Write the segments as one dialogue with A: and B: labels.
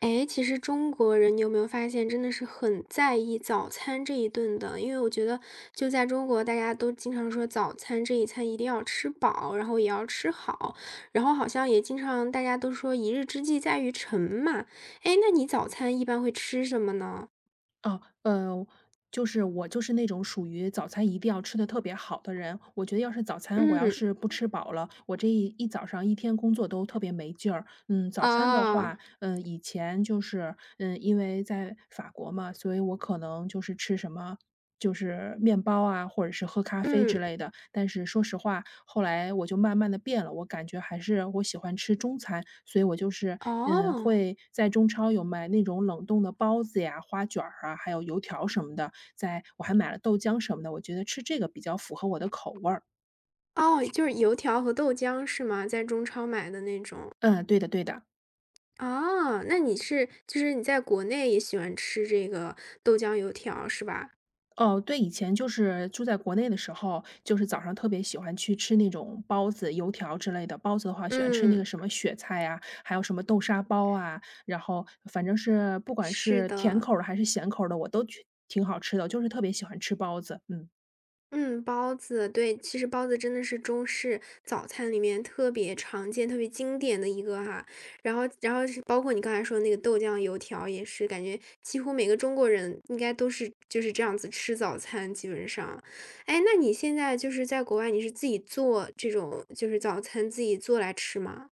A: 哎，其实中国人你有没有发现，真的是很在意早餐这一顿的。因为我觉得就在中国，大家都经常说早餐这一餐一定要吃饱，然后也要吃好，然后好像也经常大家都说一日之计在于晨嘛。哎，那你早餐一般会吃什么呢？
B: 哦，就是我就是那种属于早餐一定要吃的特别好的人。我觉得要是早餐我要
A: 嗯。
B: 是不吃饱了，我这一早上一天工作都特别没劲儿。嗯，早餐的
A: 啊。
B: 话，以前就是，因为在法国嘛，所以我可能就是吃什么就是面包啊，或者是喝咖啡之
A: 嗯。
B: 类的。但是说实话，后来我就慢慢的变了，我感觉还是我喜欢吃中餐，所以我就是，
A: 哦。
B: 会在中超有买那种冷冻的包子呀、花卷儿啊，还有油条什么的，在我还买了豆浆什么的，我觉得吃这个比较符合我的口味儿。
A: 哦，就是油条和豆浆是吗？在中超买的那种。
B: 嗯，对的对的。
A: 啊，那你是就是你在国内也喜欢吃这个豆浆油条是吧？
B: 哦，对，以前就是住在国内的时候，就是早上特别喜欢去吃那种包子、油条之类的。包子的话，喜欢吃那
A: 嗯，
B: 个什么雪菜啊，还有什么豆沙包啊，然后反正是不管
A: 是
B: 是甜
A: 的。
B: 口儿的还是咸口儿的，我都去挺好吃的，就是特别喜欢吃包子。嗯。
A: 嗯，包子，对，其实包子真的是中式早餐里面特别常见、特别经典的一个哈。然后是包括你刚才说的那个豆浆油条，也是感觉几乎每个中国人应该都是就是这样子吃早餐，基本上。哎，那你现在就是在国外，你是自己做这种就是早餐自己做来吃吗？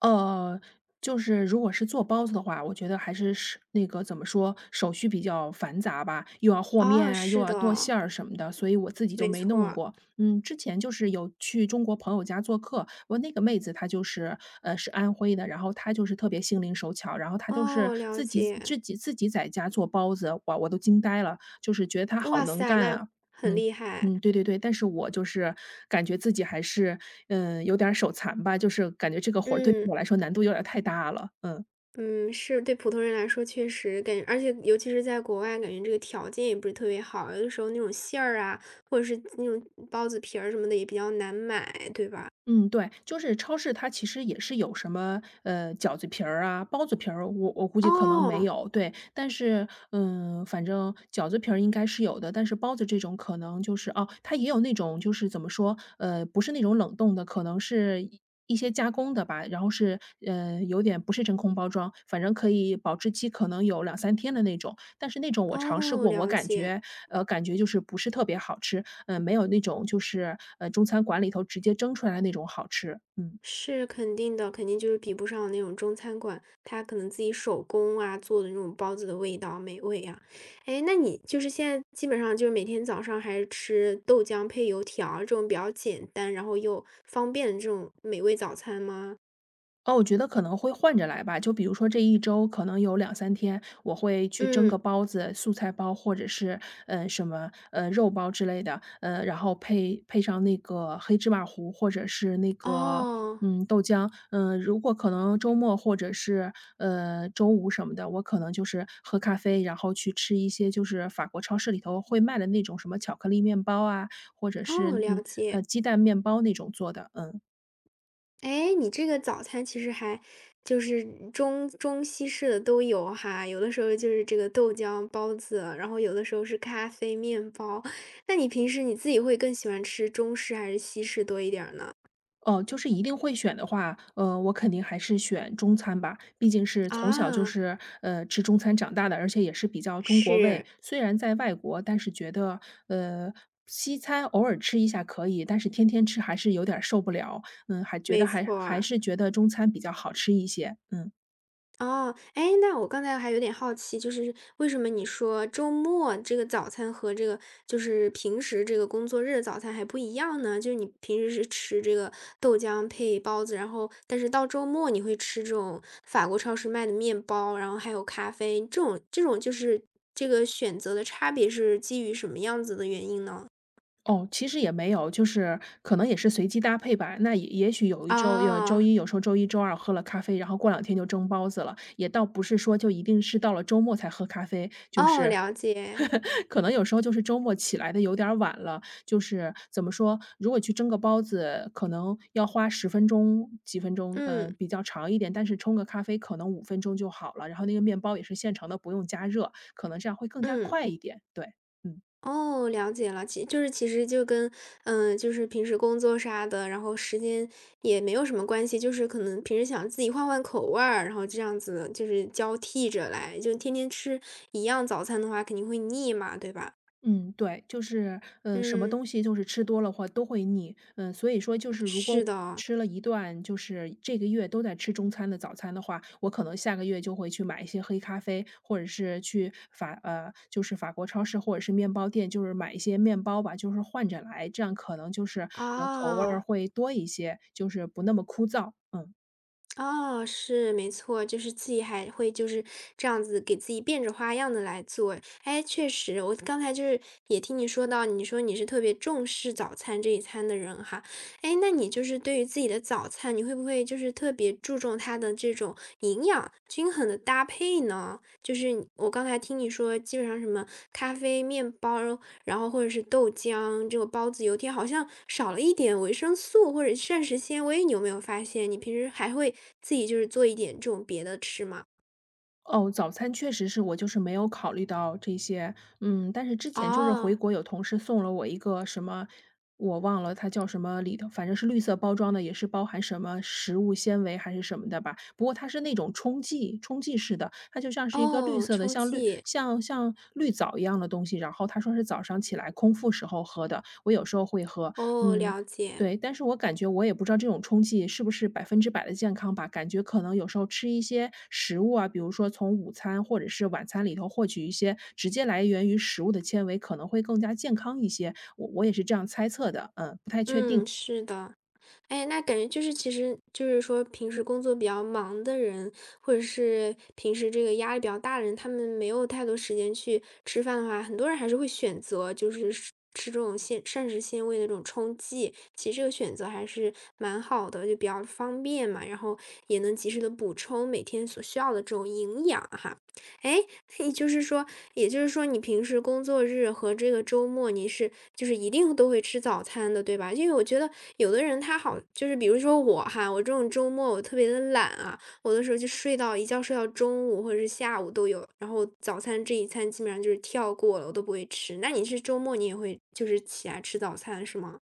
B: 呃，就是如果是做包子的话，我觉得还是那个怎么说，手续比较繁杂吧，又要和面
A: 啊，
B: 啊，又
A: 是
B: 要剁
A: 的，
B: 馅儿什么的，所以我自己就
A: 没
B: 没弄
A: 错。
B: 过。嗯，之前就是有去中国朋友家做客，我那个妹子她就是是安徽的，然后她就是特别心灵手巧，然后她都是
A: 哦，了
B: 自己
A: 解。
B: 自己自己在家做包子，哇，我都惊呆了，就是觉得她好
A: 哇
B: 能
A: 塞，
B: 干
A: 那
B: 啊。
A: 很
B: 嗯
A: 厉害。
B: 嗯，对对对，但是我就是感觉自己还是有点儿手残吧，就是感觉这个活儿对于
A: 嗯。
B: 我来说难度有点儿太大了，嗯。
A: 嗯，是，对普通人来说确实感觉而且尤其是在国外，感觉这个条件也不是特别好，有的时候那种馅儿啊，或者是那种包子皮儿什么的也比较难买，对吧？
B: 嗯，对，就是超市它其实也是有什么，饺子皮儿啊、包子皮儿，我估计可能没
A: 哦。
B: 有，对。但是，反正饺子皮儿应该是有的，但是包子这种可能就是它也有那种就是怎么说，不是那种冷冻的，可能是一些加工的吧，然后是，有点不是真空包装，反正可以保质期可能有两三天的那种。但是那种我尝试
A: 哦，
B: 过，我
A: 了
B: 感
A: 解。
B: 觉呃，感觉就是不是特别好吃，没有那种就是，中餐馆里头直接蒸出来的那种好吃，嗯。
A: 是肯定的，肯定就是比不上那种中餐馆，它可能自己手工啊做的那种包子的味道、美味啊。诶，那你就是现在基本上就是每天早上还是吃豆浆配油条这种比较简单，然后又方便的这种美味早餐吗？
B: 哦，我觉得可能会换着来吧。就比如说这一周可能有两三天，我会去蒸个
A: 嗯。
B: 包子，素菜包或者是，什么，肉包之类的，然后配上那个黑芝麻糊或者是那个，
A: 哦，
B: 豆浆。嗯，如果可能周末或者是，周五什么的，我可能就是喝咖啡，然后去吃一些就是法国超市里头会卖的那种什么巧克力面包啊，或者是，
A: 哦，了解。
B: 鸡蛋面包那种做的，嗯。
A: 哎，你这个早餐其实还就是中西式的都有哈，有的时候就是这个豆浆、包子，然后有的时候是咖啡、面包。那你平时你自己会更喜欢吃中式还是西式多一点儿呢？
B: 哦，就是一定会选的话，我肯定还是选中餐吧，毕竟是从小就
A: 啊，
B: 是，吃中餐长大的，而且也是比较中国味。
A: 是，
B: 虽然在外国，但是觉得，呃，西餐偶尔吃一下可以，但是天天吃还是有点儿受不了。还觉
A: 没
B: 得还
A: 错
B: 还
A: 儿。
B: 是觉得中餐比较好吃一些，嗯。
A: 哦，哎，那我刚才还有点好奇，就是为什么你说周末这个早餐和这个就是平时这个工作日的早餐还不一样呢？就是你平时是吃这个豆浆配包子，然后但是到周末你会吃这种法国超市卖的面包，然后还有咖啡，这种这种就是这个选择的差别是基于什么样子的原因呢？
B: 哦，其实也没有，就是可能也是随机搭配吧。那也也许有一周，有周
A: 哦。
B: 一有时候周一周二喝了咖啡，然后过两天就蒸包子了，也倒不是说就一定是到了周末才喝咖啡，就
A: 哦，
B: 是
A: 了解。
B: 可能有时候就是周末起来的有点儿晚了，就是怎么说，如果去蒸个包子，可能要花10分钟、几分钟，
A: 嗯
B: 比较长一点，但是冲个咖啡可能5分钟就好了，然后那个面包也是现成的，不用加热，可能这样会更加
A: 嗯。
B: 快一点。对，嗯。
A: 哦，了解了，其实就跟，嗯，就是平时工作啥的，然后时间也没有什么关系，就是可能平时想自己换换口味儿，然后这样子就是交替着来，就天天吃一样早餐的话肯定会腻嘛，对吧？
B: 嗯，对，就是，什么
A: 嗯，
B: 东西就是吃多了话都会腻，所以说就是如果
A: 是的。
B: 吃了一段，就是这个月都在吃中餐的早餐的话，我可能下个月就会去买一些黑咖啡，或者是去就是法国超市或者是面包店，就是买一些面包吧，就是换着来，这样可能就是，口味儿
A: 啊。
B: 会多一些，就是不那么枯燥，嗯。
A: 哦，是，没错，就是自己还会就是这样子给自己变着花样的来做。哎，确实，我刚才就是也听你说到，你说你是特别重视早餐这一餐的人哈。哎，那你就是对于自己的早餐，你会不会就是特别注重它的这种营养均衡的搭配呢？就是我刚才听你说，基本上什么咖啡、面包，然后或者是豆浆，这种包子、油条好像少了一点维生素或者膳食纤维，你有没有发现？你平时还会自己就是做一点这种别的吃吗？
B: 哦，早餐确实是我就是没有考虑到这些，但是之前就是回
A: 哦。
B: 国有同事送了我一个什么，我忘了它叫什么，里头反正是绿色包装的，也是包含什么食物纤维还是什么的吧。不过它是那种冲剂，冲剂式的，它就像是一个绿
A: 哦，
B: 色的，
A: 充
B: 像绿
A: 气。
B: 像像绿藻一样的东西。然后他说是早上起来空腹时候喝的，我有时候会喝，
A: 哦，
B: 嗯，
A: 了解。
B: 对，但是我感觉我也不知道这种充气是不是100%的健康吧，感觉可能有时候吃一些食物啊，比如说从午餐或者是晚餐里头获取一些直接来源于食物的纤维，可能会更加健康一些，我也是这样猜测的，不太确
A: 嗯，
B: 定。
A: 是的。哎，那感觉就是其实就是说平时工作比较忙的人，或者是平时这个压力比较大的人，他们没有太多时间去吃饭的话，很多人还是会选择就是吃吃这种纤膳食纤维的这种冲剂。其实这个选择还是蛮好的，就比较方便嘛，然后也能及时的补充每天所需要的这种营养啊哈。哎，也就是说也就是说你平时工作日和这个周末，你是就是一定都会吃早餐的，对吧？因为我觉得有的人他好就是比如说我哈，我这种周末我特别的懒啊，我有的时候就睡到一觉睡到中午或者是下午都有，然后早餐这一餐基本上就是跳过了，我都不会吃。那你是周末你也会就是起来吃早餐是吗？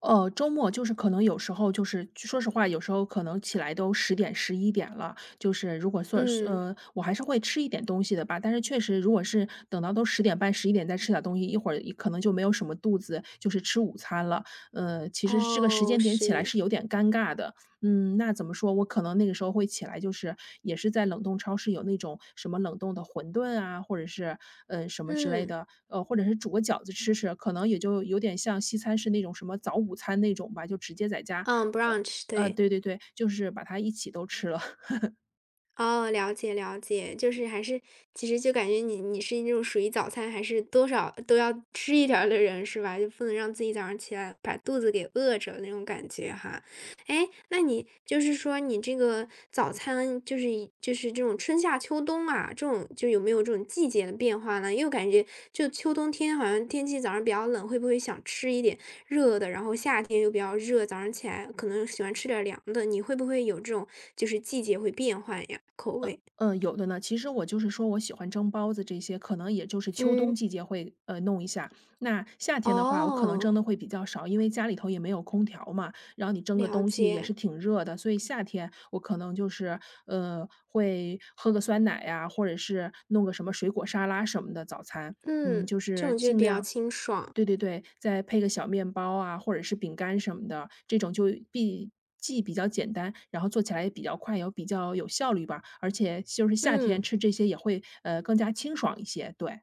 B: 周末就是可能有时候就是说实话，有时候可能起来都十点、十一点了，就是如果算是
A: 嗯。
B: 我还是会吃一点东西的吧，但是确实如果是等到都10点半十一点再吃点东西，一会儿可能就没有什么肚子，就是吃午餐了。其实这个时
A: 哦，
B: 间点起来
A: 是。
B: 是有点尴尬的。那怎么说，我可能那个时候会起来，就是也是在冷冻超市有那种什么冷冻的馄饨啊，或者是，什么之类
A: 嗯。
B: 的，或者是煮个饺子吃吃，可能也就有点像西餐是那种什么早午餐那种吧，就直接在家，
A: 嗯
B: 呃，
A: ，brunch,对。
B: 对对对，就是把它一起都吃了。
A: 哦，了解了解，就是还是其实就感觉你是那种属于早餐还是多少都要吃一点儿的人是吧？就不能让自己早上起来把肚子给饿着那种感觉哈。哎，那你就是说你这个早餐就是这种春夏秋冬啊，这种就有没有这种季节的变化呢？因为我感觉就秋冬天好像天气早上比较冷，会不会想吃一点热的，然后夏天又比较热，早上起来可能喜欢吃点儿凉的，你会不会有这种就是季节会变换呀，口味？
B: 嗯，有的呢。其实我就是说我喜欢蒸包子这些，可能也就是秋冬
A: 嗯。
B: 季节会弄一下。那夏天的话，我可能蒸
A: 哦，
B: 的会比较少，因为家里头也没有空调嘛，然后你蒸个
A: 了
B: 东西也
A: 解。
B: 是挺热的，所以夏天我可能就是会喝个酸奶呀、或者是弄个什么水果沙拉什么的早餐。嗯，
A: 嗯，
B: 就
A: 这
B: 是
A: 种就
B: 尽
A: 比较
B: 量
A: 清爽。
B: 对对对，再配个小面包啊，或者是饼干什么的，这种就比既比较简单，然后做起来也比较快，也比较有效率吧。而且就是夏天
A: 嗯。
B: 吃这些也会，更加清爽一些，对。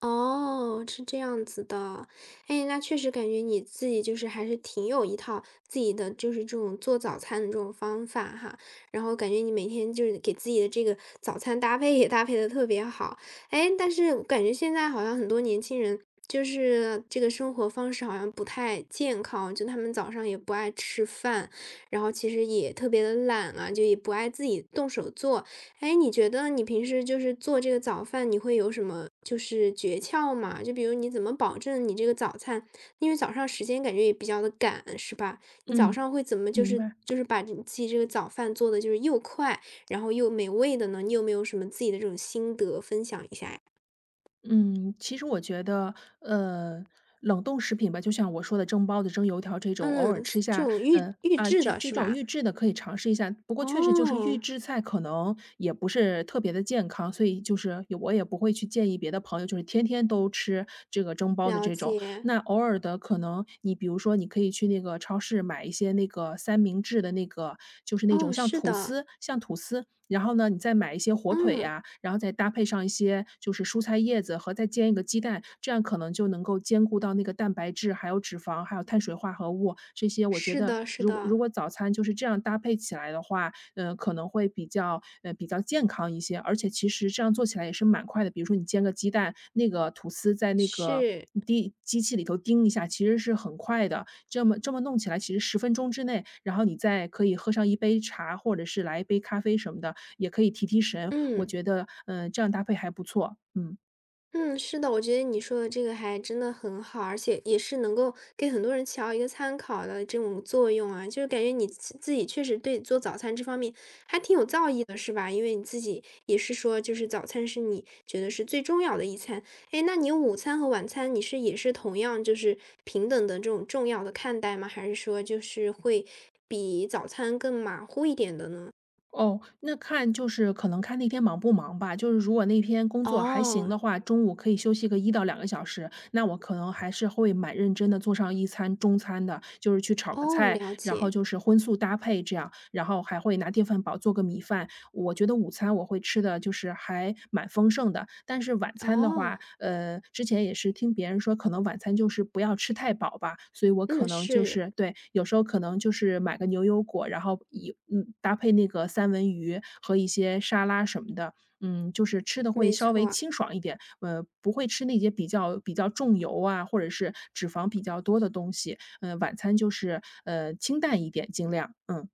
A: 哦，是这样子的。哎，那确实感觉你自己就是还是挺有一套自己的，就是这种做早餐的这种方法哈。然后感觉你每天就是给自己的这个早餐搭配也搭配的特别好。哎，但是我感觉现在好像很多年轻人就是这个生活方式好像不太健康，就他们早上也不爱吃饭，然后其实也特别的懒啊，就也不爱自己动手做。哎，你觉得你平时就是做这个早饭，你会有什么就是诀窍吗？就比如你怎么保证你这个早餐，因为早上时间感觉也比较的赶，是吧？你早
B: 嗯，
A: 上会怎么就
B: 明
A: 是
B: 白。
A: 就是把你自己这个早饭做的就是又快，然后又美味的呢？你有没有什么自己的这种心得分享一下呀？
B: 嗯，其实我觉得，冷冻食品吧，就像我说的蒸包子、蒸油条这种，偶尔
A: 嗯，
B: 吃
A: 是这
B: 下，
A: 种预预制
B: 这
A: 的
B: 这
A: 是
B: 种
A: 吧？
B: 预制的可以尝试一下。不过确实就是预
A: 哦，
B: 制菜可能也不是特别的健康，所以就是我也不会去建议别的朋友，就是天天都吃这个蒸包子
A: 了
B: 这种。
A: 解。
B: 那偶尔的可能你比如说你可以去那个超市买一些那个三明治的那个，就是那种
A: 哦，
B: 像
A: 是
B: 吐
A: 的。
B: 司像吐司，然后呢，你再买一些火腿
A: 嗯，
B: 呀，然后再搭配上一些就是蔬菜叶子和再煎一个鸡蛋，这样可能就能够兼顾到那个蛋白质，还有脂肪，还有碳水化合物这些。我觉
A: 是
B: 得
A: 的，是
B: 如果如
A: 的。
B: 果早餐就是这样搭配起来的话，可能会比较健康一些，而且其实这样做起来也是蛮快的。比如说你煎个鸡蛋，那个吐司在那个
A: 是。
B: 滴机器里头叮一下，其实是很快的。这么弄起来，其实10分钟之内，然后你再可以喝上一杯茶，或者是来一杯咖啡什么的，也可以提提神。我
A: 嗯。
B: 觉得，这样搭配还不错，嗯。
A: 嗯，是的，我觉得你说的这个还真的很好，而且也是能够给很多人起到一个参考的这种作用啊，就是感觉你自己确实对做早餐这方面还挺有造诣的，是吧？因为你自己也是说，就是早餐是你觉得是最重要的一餐，哎，那你午餐和晚餐你是也是同样就是平等的这种重要的看待吗？还是说就是会比早餐更马虎一点的呢？
B: 哦，那看就是可能看那天忙不忙吧。就是如果那天工作还行
A: 哦。
B: 的话，中午可以休息个1到2个小时，那我可能还是会蛮认真的做上一餐中餐的，就是去炒个
A: 哦，
B: 菜，
A: 了
B: 然后
A: 解。
B: 就是荤素搭配这样，然后还会拿电饭煲做个米饭，我觉得午餐我会吃的就是还蛮丰盛的，但是晚餐的
A: 哦。
B: 话，之前也是听别人说，可能晚餐就是不要吃太饱吧，所以我可
A: 嗯，
B: 能就
A: 是，
B: 是对，有时候可能就是买个牛油果，然后以搭配那个三文鱼和一些沙拉什么的，就是吃的会
A: 没
B: 稍微
A: 错。
B: 清爽一点，不会吃那些比较重油啊，或者是脂肪比较多的东西，晚餐就是清淡一点，尽量，嗯。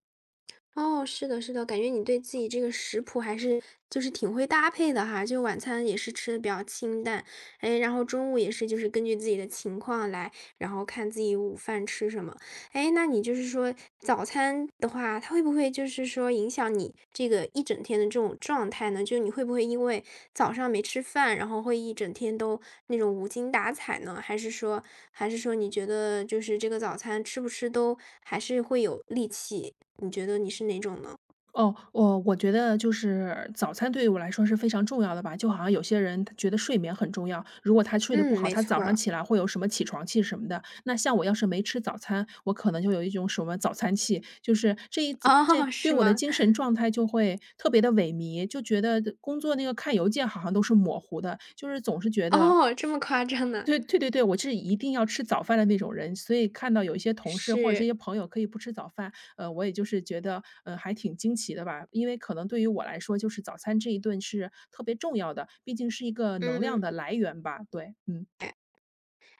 A: 哦，是的，是的，感觉你对自己这个食谱还是就是挺会搭配的哈，就晚餐也是吃的比较清淡，哎，然后中午也是就是根据自己的情况来，然后看自己午饭吃什么。哎，那你就是说早餐的话，它会不会就是说影响你这个一整天的这种状态呢？就你会不会因为早上没吃饭，然后会一整天都那种无精打采呢？还是说你觉得就是这个早餐吃不吃都还是会有力气？你觉得你是哪种呢？
B: 哦，我觉得就是早餐对于我来说是非常重要的吧，就好像有些人他觉得睡眠很重要，如果他睡得不
A: 嗯，
B: 好，
A: 没
B: 他早
A: 错
B: 上
A: 儿。
B: 起来会有什么起床气什么的。那像我要是没吃早餐，我可能就有一种什么早餐气，就是这
A: 哦，
B: 对
A: 是
B: 我的
A: 吗？
B: 精神状态就会特别的萎靡，就觉得工作那个看邮件好像都是模糊的，就是总是觉得
A: 哦，这么夸张呢？
B: 对对对对，我是一定要吃早饭的那种人，所以看到有一些同事或者是一
A: 是。
B: 些朋友可以不吃早饭，我也就是觉得，还挺惊奇的吧。因为可能对于我来说，就是早餐这一顿是特别重要的，毕竟是一个能量
A: 嗯。
B: 的来源吧。对，嗯。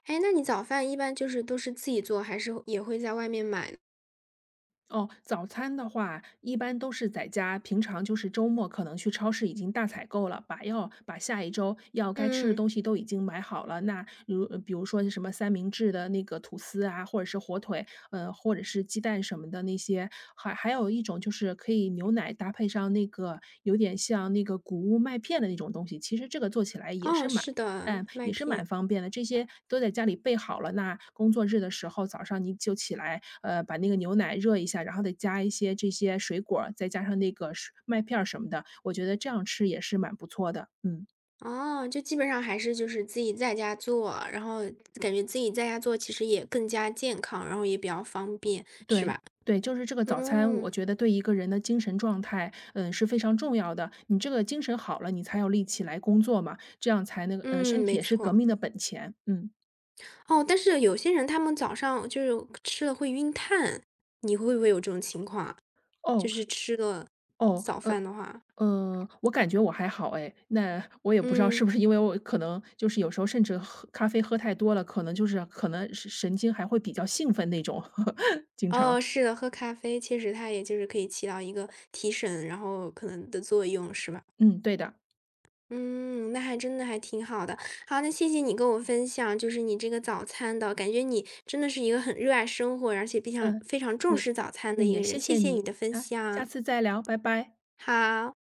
A: 哎，那你早饭一般就是都是自己做，还是也会在外面买呢？
B: 哦，早餐的话一般都是在家，平常就是周末可能去超市已经大采购了，把下一周要该吃的
A: 嗯。
B: 东西都已经买好了。那比如说是什么三明治的那个吐司啊，或者是火腿，或者是鸡蛋什么的那些，还有一种就是可以牛奶搭配上那个有点像那个谷物麦片的那种东西，其实这个做起来也是
A: 哦，
B: 蛮
A: 是的，
B: 嗯，
A: 麦
B: 也是
A: 片。
B: 蛮方便的，这些都在家里备好了。那工作日的时候，早上你就起来，把那个牛奶热一下，然后再加一些这些水果儿再加上那个水麦片儿什么的，我觉得这样吃也是蛮不错的。嗯，
A: 哦，就基本上还是就是自己在家做，然后感觉自己在家做其实也更加健康，然后也比较方便，是
B: 对。
A: 吧？
B: 对，就是这个早餐，我
A: 嗯。
B: 觉得对一个人的精神状态，是非常重要的。你这个精神好了，你才有力气来工作嘛，这样才那个，身
A: 嗯，
B: 体
A: 没
B: 也是革
A: 错。
B: 命的本钱。嗯，
A: 哦，但是有些人他们早上就是吃了会晕碳，你会不会有这种情况啊？就
B: 哦
A: 是吃个
B: 哦，
A: 早饭的话，
B: 嗯，我感觉我还好哎，那我也不知道
A: 嗯。
B: 是不是因为我可能就是有时候甚至喝咖啡喝太多了，可能神经还会比较兴奋那种，经
A: 哦，
B: 常。
A: 是的，喝咖啡确实它也就是可以起到一个提神，然后可能的作用，是吧？
B: 嗯，对的，
A: 嗯，那还真的还挺好的。好，那谢谢你跟我分享，就是你这个早餐的，感觉你真的是一个很热爱生活，而且非常
B: 嗯，
A: 非常重
B: 也
A: 视早餐的
B: 也
A: 一
B: 也
A: 个
B: 谢
A: 人。谢
B: 谢
A: 谢你
B: 你，
A: 的分
B: 啊，下
A: 享，
B: 次再聊，拜拜。
A: 好。